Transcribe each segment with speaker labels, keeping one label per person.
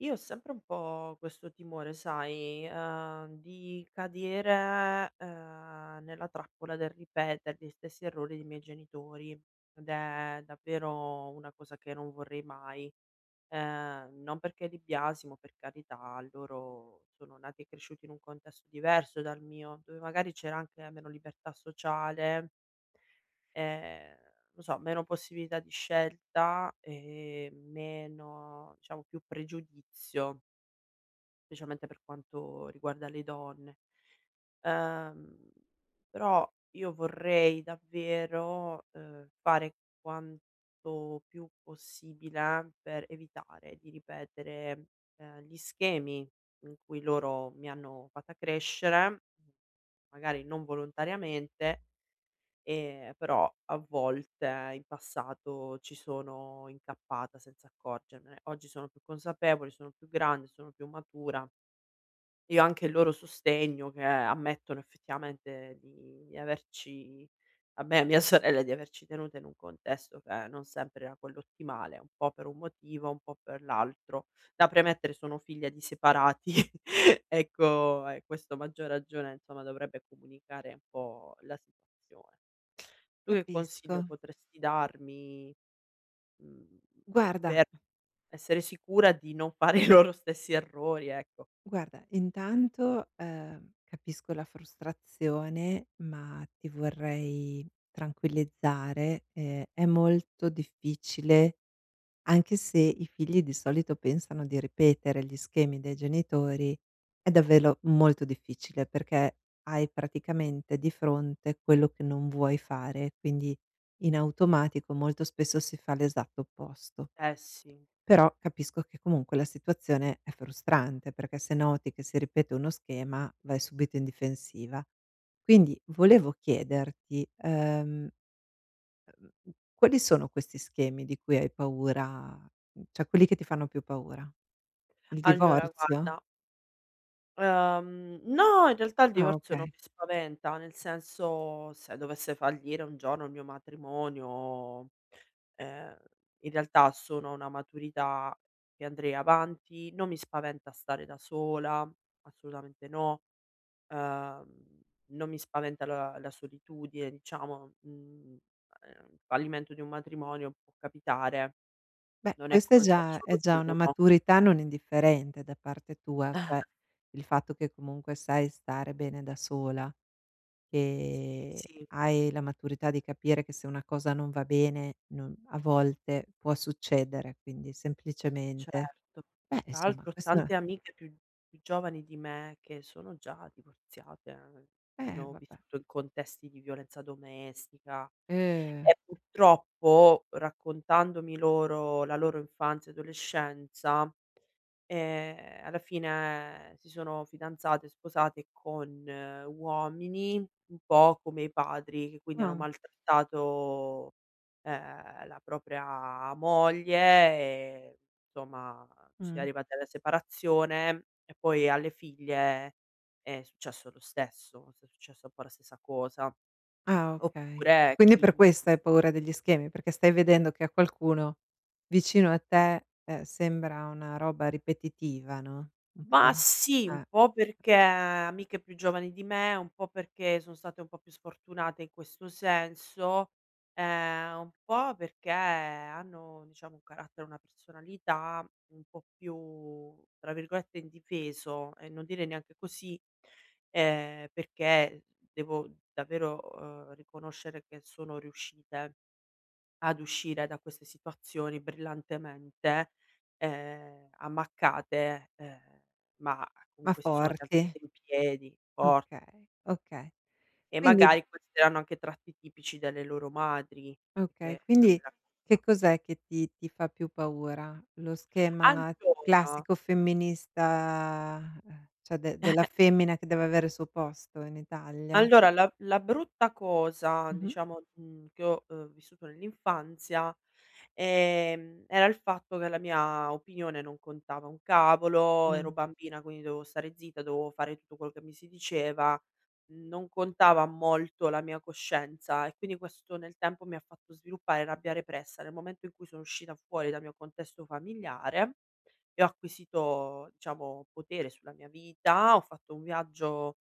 Speaker 1: Io ho sempre un po' questo timore, sai, di cadere, nella trappola del ripetere gli stessi errori dei miei genitori, ed è davvero una cosa che non vorrei mai. Non perché li biasimo, per carità, loro sono nati e cresciuti in un contesto diverso dal mio, dove magari c'era anche meno libertà sociale. Ehm Non so, meno possibilità di scelta e meno, diciamo, più pregiudizio, specialmente per quanto riguarda le donne. Ehm, Però io vorrei davvero, fare quanto più possibile per evitare di ripetere, gli schemi in cui loro mi hanno fatta crescere, magari non volontariamente. Però a volte in passato ci sono incappata senza accorgermene. Oggi sono più consapevole, sono più grande, sono più matura e ho anche il loro sostegno, che ammettono effettivamente di averci, a me e a mia sorella, di averci tenute in un contesto che non sempre era quello ottimale, un po' per un motivo, un po' per l'altro. Da premettere, sono figlia di separati, ecco, e questo a maggior ragione, insomma, dovrebbe comunicare un po' la situazione. Tu che
Speaker 2: Capisco.
Speaker 1: consiglio potresti darmi, mhmm,
Speaker 2: Guarda
Speaker 1: per essere sicura di non fare i loro stessi errori, ecco?
Speaker 2: guarda, intanto, capisco la frustrazione, ma ti vorrei tranquillizzare, è molto difficile, anche se i figli di solito pensano di ripetere gli schemi dei genitori, è davvero molto difficile perché hai praticamente di fronte quello che non vuoi fare, quindi in automatico molto spesso si fa l'esatto opposto.
Speaker 1: Eh sì.
Speaker 2: Però capisco che comunque la situazione è frustrante, perché se noti che si ripete uno schema vai subito in difensiva. Quindi volevo chiederti, quali sono questi schemi di cui hai paura, cioè quelli che ti fanno più paura? Il
Speaker 1: Allora
Speaker 2: divorzio?
Speaker 1: guarda, no, in realtà il
Speaker 2: Ah,
Speaker 1: divorzio non
Speaker 2: okay.
Speaker 1: mi spaventa, nel senso, se dovesse fallire un giorno il mio matrimonio, ehm, in realtà sono a una maturità che andrei avanti, non mi spaventa stare da sola, assolutamente no. Uhm, Non mi spaventa la solitudine, diciamo, mhmm, il fallimento di un matrimonio può capitare,
Speaker 2: Beh,
Speaker 1: non è
Speaker 2: questa è
Speaker 1: colpa
Speaker 2: già è
Speaker 1: solo
Speaker 2: già
Speaker 1: di
Speaker 2: una
Speaker 1: uno.
Speaker 2: maturità non indifferente da parte tua, cioè il fatto che comunque sai stare bene da sola.
Speaker 1: Sì,
Speaker 2: Che
Speaker 1: sì,
Speaker 2: hai la maturità di capire che se una cosa non va bene, non a volte può succedere, quindi semplicemente,
Speaker 1: certo.
Speaker 2: beh,
Speaker 1: Tra
Speaker 2: insomma
Speaker 1: l'altro ho
Speaker 2: questa,
Speaker 1: tante amiche più più giovani di me che sono già divorziate, hanno
Speaker 2: vabbè.
Speaker 1: vissuto in contesti di violenza domestica
Speaker 2: Eh,
Speaker 1: e purtroppo, raccontandomi loro la loro infanzia e adolescenza, alla fine si sono fidanzate, sposate con uomini un po' come i padri, che quindi hanno
Speaker 2: ah,
Speaker 1: maltrattato, la propria moglie e, insomma, si è
Speaker 2: mh,
Speaker 1: arrivati alla separazione e poi alle figlie è successo lo stesso, è successa un po' la stessa cosa.
Speaker 2: ah, okay.
Speaker 1: Oppure
Speaker 2: Quindi per
Speaker 1: chi...
Speaker 2: questo hai paura degli schemi, perché stai vedendo che a qualcuno vicino a te, sembra una roba ripetitiva, no, un po',
Speaker 1: Ma sì, un
Speaker 2: eh,
Speaker 1: po' perché amiche più giovani di me, un po' perché sono state un po' più sfortunate in questo senso, un po' perché hanno, diciamo, un carattere, una personalità un po' più, tra virgolette, "indifeso", e non dire neanche così, perché devo davvero, riconoscere che sono riuscite ad uscire da queste situazioni brillantemente, ammaccate, ma
Speaker 2: ma
Speaker 1: comunque si sono
Speaker 2: forti.
Speaker 1: rialzate in piedi, forti,
Speaker 2: Okay, okay.
Speaker 1: e
Speaker 2: Quindi,
Speaker 1: magari questi erano anche tratti tipici delle loro madri, perché
Speaker 2: okay,
Speaker 1: è una
Speaker 2: quindi
Speaker 1: bella
Speaker 2: che
Speaker 1: cosa.
Speaker 2: cos'è che ti fa più paura? Lo schema
Speaker 1: Ancora...
Speaker 2: classico femminista, cioè de della femmina che deve avere il suo posto in Italia?
Speaker 1: Allora la brutta cosa,
Speaker 2: Mh-mh. Mh.
Speaker 1: diciamo, mhmm, che ho, vissuto nell'infanzia, era il fatto che la mia opinione non contava un cavolo, ero
Speaker 2: Ehm,
Speaker 1: bambina quindi dovevo stare zitta, dovevo fare tutto quello che mi si diceva, non contava molto la mia coscienza e quindi questo nel tempo mi ha fatto sviluppare rabbia repressa. Nel momento in cui sono uscita fuori dal mio contesto familiare e ho acquisito, diciamo, potere sulla mia vita. Ho fatto un viaggio,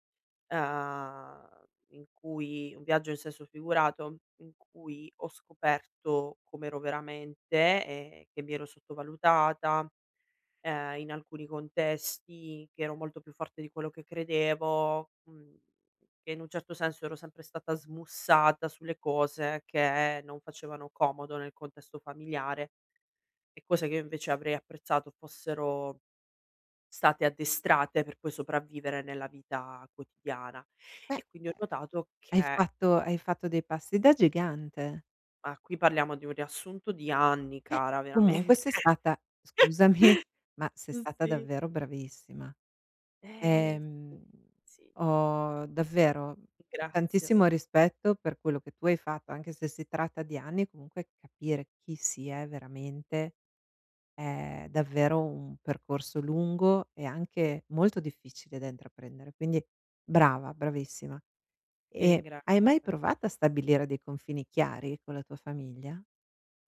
Speaker 1: ehm, in cui... un viaggio in senso figurato, in cui ho scoperto com'ero veramente e che mi ero sottovalutata, in alcuni contesti, che ero molto più forte di quello che credevo, mhmm, che in un certo senso ero sempre stata smussata sulle cose che non facevano comodo nel contesto familiare e cose che io invece avrei apprezzato fossero state addestrate per poi sopravvivere nella vita quotidiana.
Speaker 2: Beh
Speaker 1: E quindi ho
Speaker 2: ehm,
Speaker 1: notato
Speaker 2: hai
Speaker 1: che...
Speaker 2: fatto hai fatto dei passi da gigante.
Speaker 1: ma qui parliamo di un riassunto di anni,
Speaker 2: Beh,
Speaker 1: cara,
Speaker 2: comunque
Speaker 1: veramente.
Speaker 2: sei stata, scusami, ma sei stata
Speaker 1: Sì,
Speaker 2: davvero bravissima.
Speaker 1: eh sì,
Speaker 2: Ehm,
Speaker 1: sì,
Speaker 2: ho davvero
Speaker 1: ringrazio,
Speaker 2: tantissimo rispetto per quello che tu hai fatto, anche se si tratta di anni, comunque capire chi si è veramente è davvero un percorso lungo e anche molto difficile da intraprendere. Quindi brava, bravissima.
Speaker 1: ti
Speaker 2: E hai
Speaker 1: ringrazio
Speaker 2: mai
Speaker 1: cara.
Speaker 2: provato a stabilire dei confini chiari con la tua famiglia?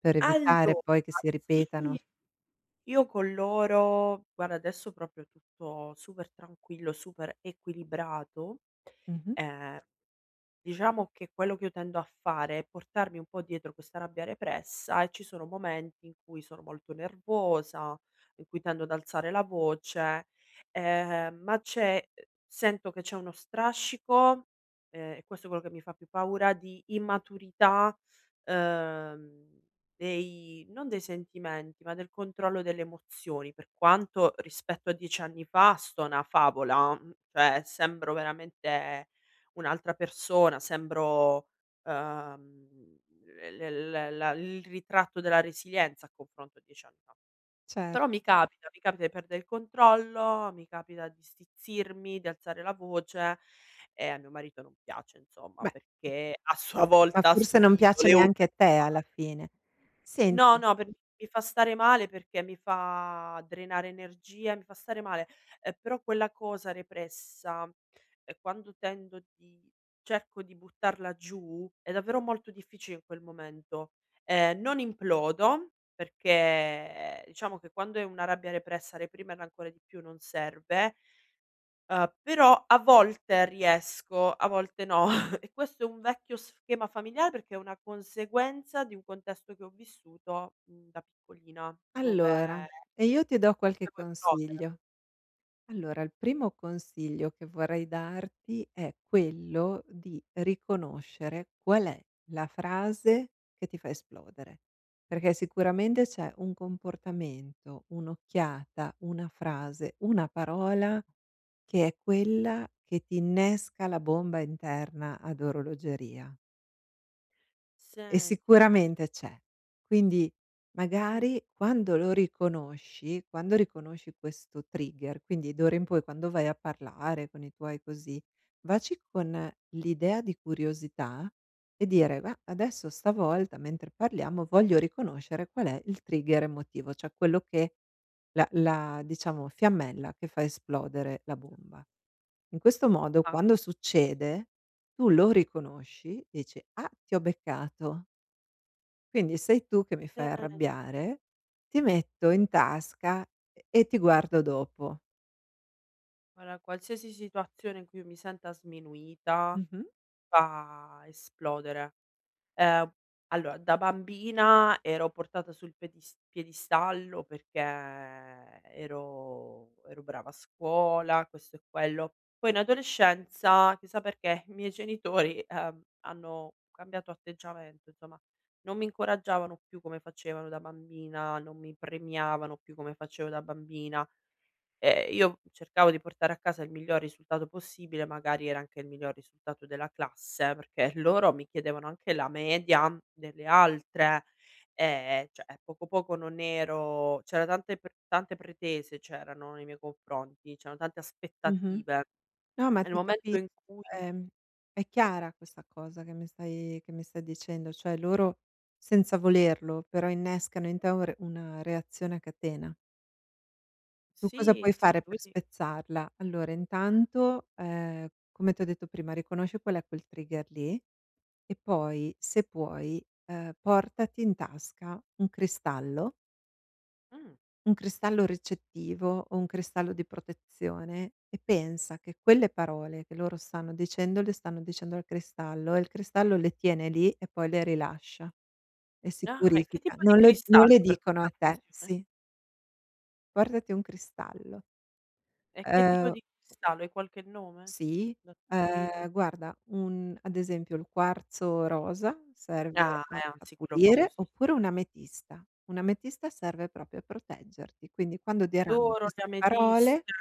Speaker 2: Per evitare
Speaker 1: Allora,
Speaker 2: poi che si ripetano?
Speaker 1: sì, io con loro, guarda, adesso proprio tutto super tranquillo, super equilibrato,
Speaker 2: Mh-mh,
Speaker 1: ehm Diciamo che quello che io tendo a fare è portarmi un po' dietro questa rabbia repressa, e ci sono momenti in cui sono molto nervosa, in cui tendo ad alzare la voce, ma c'è... sento che c'è uno strascico, e questo è quello che mi fa più paura, di immaturità, ehm, dei... non dei sentimenti, ma del controllo delle emozioni, per quanto rispetto a 10 anni fa sto 'na favola, mhmm, cioè sembro veramente un'altra persona, sembro, uhm, l l l la il ritratto della resilienza a confronto a 10 anni fa.
Speaker 2: certo.
Speaker 1: Però mi capita di perdere il controllo, mi capita di stizzirmi, di alzare la voce, e a mio marito non piace, insomma,
Speaker 2: Beh,
Speaker 1: perché a sua
Speaker 2: ma
Speaker 1: volta ha
Speaker 2: forse non
Speaker 1: subito
Speaker 2: piace
Speaker 1: le
Speaker 2: neanche
Speaker 1: urla
Speaker 2: a
Speaker 1: di
Speaker 2: te
Speaker 1: sua ma...
Speaker 2: alla fine.
Speaker 1: No,
Speaker 2: Senti,
Speaker 1: no, per... mi fa stare male perché mi fa drenare energia, mi fa stare male, però quella cosa repressa, quando tendo di cerco di buttarla giù, è davvero molto difficile in quel momento. Non implodo perché diciamo che quando è una rabbia repressa, reprimerla ancora di più non serve. Però a volte riesco, a volte no. E questo è un vecchio schema familiare perché è una conseguenza di un contesto che ho vissuto, mhmm, da piccolina,
Speaker 2: allora,
Speaker 1: dove
Speaker 2: e io ti do qualche
Speaker 1: dovevo esplodere.
Speaker 2: consiglio. Allora, il primo consiglio che vorrei darti è quello di riconoscere qual è la frase che ti fa esplodere, perché sicuramente
Speaker 1: Mh.
Speaker 2: c'è un comportamento, un'occhiata, una frase, una parola che è quella che ti innesca la bomba interna ad orologeria. E
Speaker 1: Senti
Speaker 2: sicuramente c'è. Quindi
Speaker 1: mh,
Speaker 2: magari quando lo riconosci, quando riconosci questo trigger, quindi d'ora in poi quando vai a parlare con i tuoi così, vacci con l'idea di curiosità e dire: "Gua adesso stavolta mentre parliamo voglio riconoscere qual è il trigger emotivo, cioè quello che la diciamo fiammella che fa esplodere la bomba". In questo modo
Speaker 1: ma
Speaker 2: quando succede tu lo riconosci, dici: "Ah, ti ho beccato". Quindi sei tu che mi fai
Speaker 1: senti,
Speaker 2: arrabbiare, ti metto in tasca e ti guardo dopo.
Speaker 1: guarda, qualsiasi situazione in cui io mi senta sminuita
Speaker 2: Mh-mh,
Speaker 1: fa esplodere. Ehm, allora, da bambina ero portata sul pedis piedistallo perché ero brava a scuola, questo e quello. Poi in adolescenza, chissà perché, i miei genitori, hanno cambiato atteggiamento, insomma non mi incoraggiavano più come facevano da bambina, non mi premiavano più come facevo da bambina. Io cercavo di portare a casa il miglior risultato possibile, magari era anche il miglior risultato della classe, perché loro mi chiedevano anche la media delle altre, cioè poco poco non ero... c'era tante pre... tante pretese c'erano nei miei confronti, c'erano tante
Speaker 2: mh-mh.
Speaker 1: aspettative.
Speaker 2: No, ma
Speaker 1: Nel
Speaker 2: ti
Speaker 1: momento
Speaker 2: capisco,
Speaker 1: in cui...
Speaker 2: ehm, è chiara questa cosa che mi stai dicendo, cioè loro senza volerlo, però innescano in te un re una reazione a catena. Tu cosa
Speaker 1: sì,
Speaker 2: puoi
Speaker 1: sì,
Speaker 2: fare per
Speaker 1: quindi
Speaker 2: spezzarla? Allora intanto, come t'ho detto prima, riconosci qual è quel trigger lì e poi, se puoi, portati in tasca un cristallo.
Speaker 1: mh.
Speaker 2: Un cristallo ricettivo o un cristallo di protezione e pensa che quelle parole che loro stanno dicendo le stanno dicendo al cristallo e il cristallo le tiene lì e poi le rilascia e si
Speaker 1: Ah, e che
Speaker 2: purifica.
Speaker 1: tipo di
Speaker 2: Non
Speaker 1: cristallo
Speaker 2: le
Speaker 1: per
Speaker 2: dicono
Speaker 1: questa
Speaker 2: a te,
Speaker 1: funzione?
Speaker 2: sì, portati un cristallo.
Speaker 1: E che tipo
Speaker 2: Ehm,
Speaker 1: di cristallo? Hai qualche nome
Speaker 2: sì,
Speaker 1: da suggerirmi?
Speaker 2: guarda un ad esempio il quarzo rosa serve
Speaker 1: Ah,
Speaker 2: a
Speaker 1: è un
Speaker 2: a
Speaker 1: sicuro
Speaker 2: pulire
Speaker 1: famosi...
Speaker 2: oppure un'ametista. Un'ametista serve proprio a proteggerti, quindi quando diranno
Speaker 1: Adoro le
Speaker 2: queste parole.
Speaker 1: ametiste,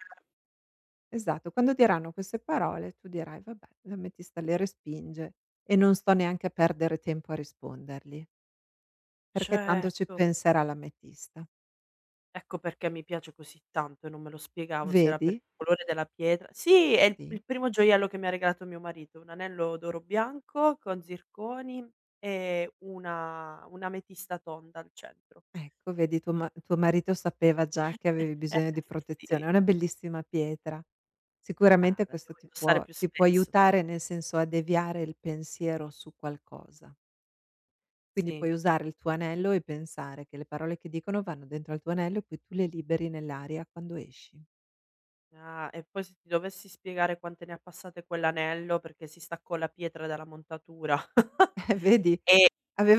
Speaker 2: Esatto, quando diranno queste parole tu dirai: "Vabbè, la ametista le respinge e non sto neanche a perdere tempo a rispondergli, perché tanto ci
Speaker 1: certo.
Speaker 2: penserà l'ametista".
Speaker 1: Ecco perché mi piace così tanto e non me lo spiegavo se era per
Speaker 2: Vedi?
Speaker 1: il colore della pietra. Sì, è il
Speaker 2: Sì.
Speaker 1: il primo gioiello che mi ha regalato mio marito, un anello d'oro bianco con zirconi e una un'ametista tonda al centro.
Speaker 2: Ecco, vedi, tuo marito sapeva già che avevi bisogno di protezione,
Speaker 1: Sì,
Speaker 2: è una bellissima pietra.
Speaker 1: ah,
Speaker 2: Sicuramente
Speaker 1: la
Speaker 2: questo
Speaker 1: devo
Speaker 2: ti
Speaker 1: indossare
Speaker 2: può
Speaker 1: più
Speaker 2: ti può
Speaker 1: spesso.
Speaker 2: aiutare, nel senso, a deviare il pensiero su qualcosa. Quindi
Speaker 1: Sì.
Speaker 2: puoi usare il tuo anello e pensare che le parole che dicono vanno dentro al tuo anello e poi tu le liberi nell'aria quando esci.
Speaker 1: Ah, e poi se ti dovessi spiegare quante ne ha passate quell'anello, perché si staccò la pietra dalla montatura
Speaker 2: Vedi?
Speaker 1: e...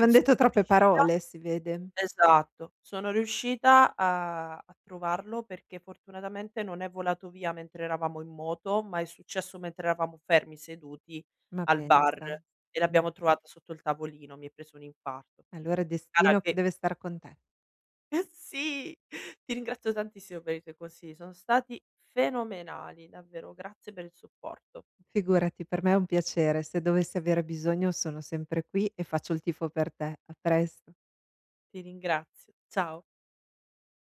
Speaker 1: e sono
Speaker 2: detto troppe
Speaker 1: riuscita...
Speaker 2: parole, si vede.
Speaker 1: Esatto. Sono riuscita a trovarlo perché fortunatamente non è volato via mentre eravamo in moto, ma è successo mentre eravamo fermi seduti
Speaker 2: Ma
Speaker 1: al bar
Speaker 2: pensa.
Speaker 1: e
Speaker 2: Mh.
Speaker 1: l'abbiamo trovata sotto il tavolino, mi è preso un infarto.
Speaker 2: Allora è
Speaker 1: Cara
Speaker 2: destino che
Speaker 1: che...
Speaker 2: deve star con te.
Speaker 1: eh sì, ti ringrazio tantissimo per i tuoi consigli, sono stati fenomenali, davvero grazie per il supporto.
Speaker 2: Figurati, per me è un piacere. Se dovessi avere bisogno sono sempre qui e faccio il tifo per te. A presto.
Speaker 1: Ti ringrazio. Ciao.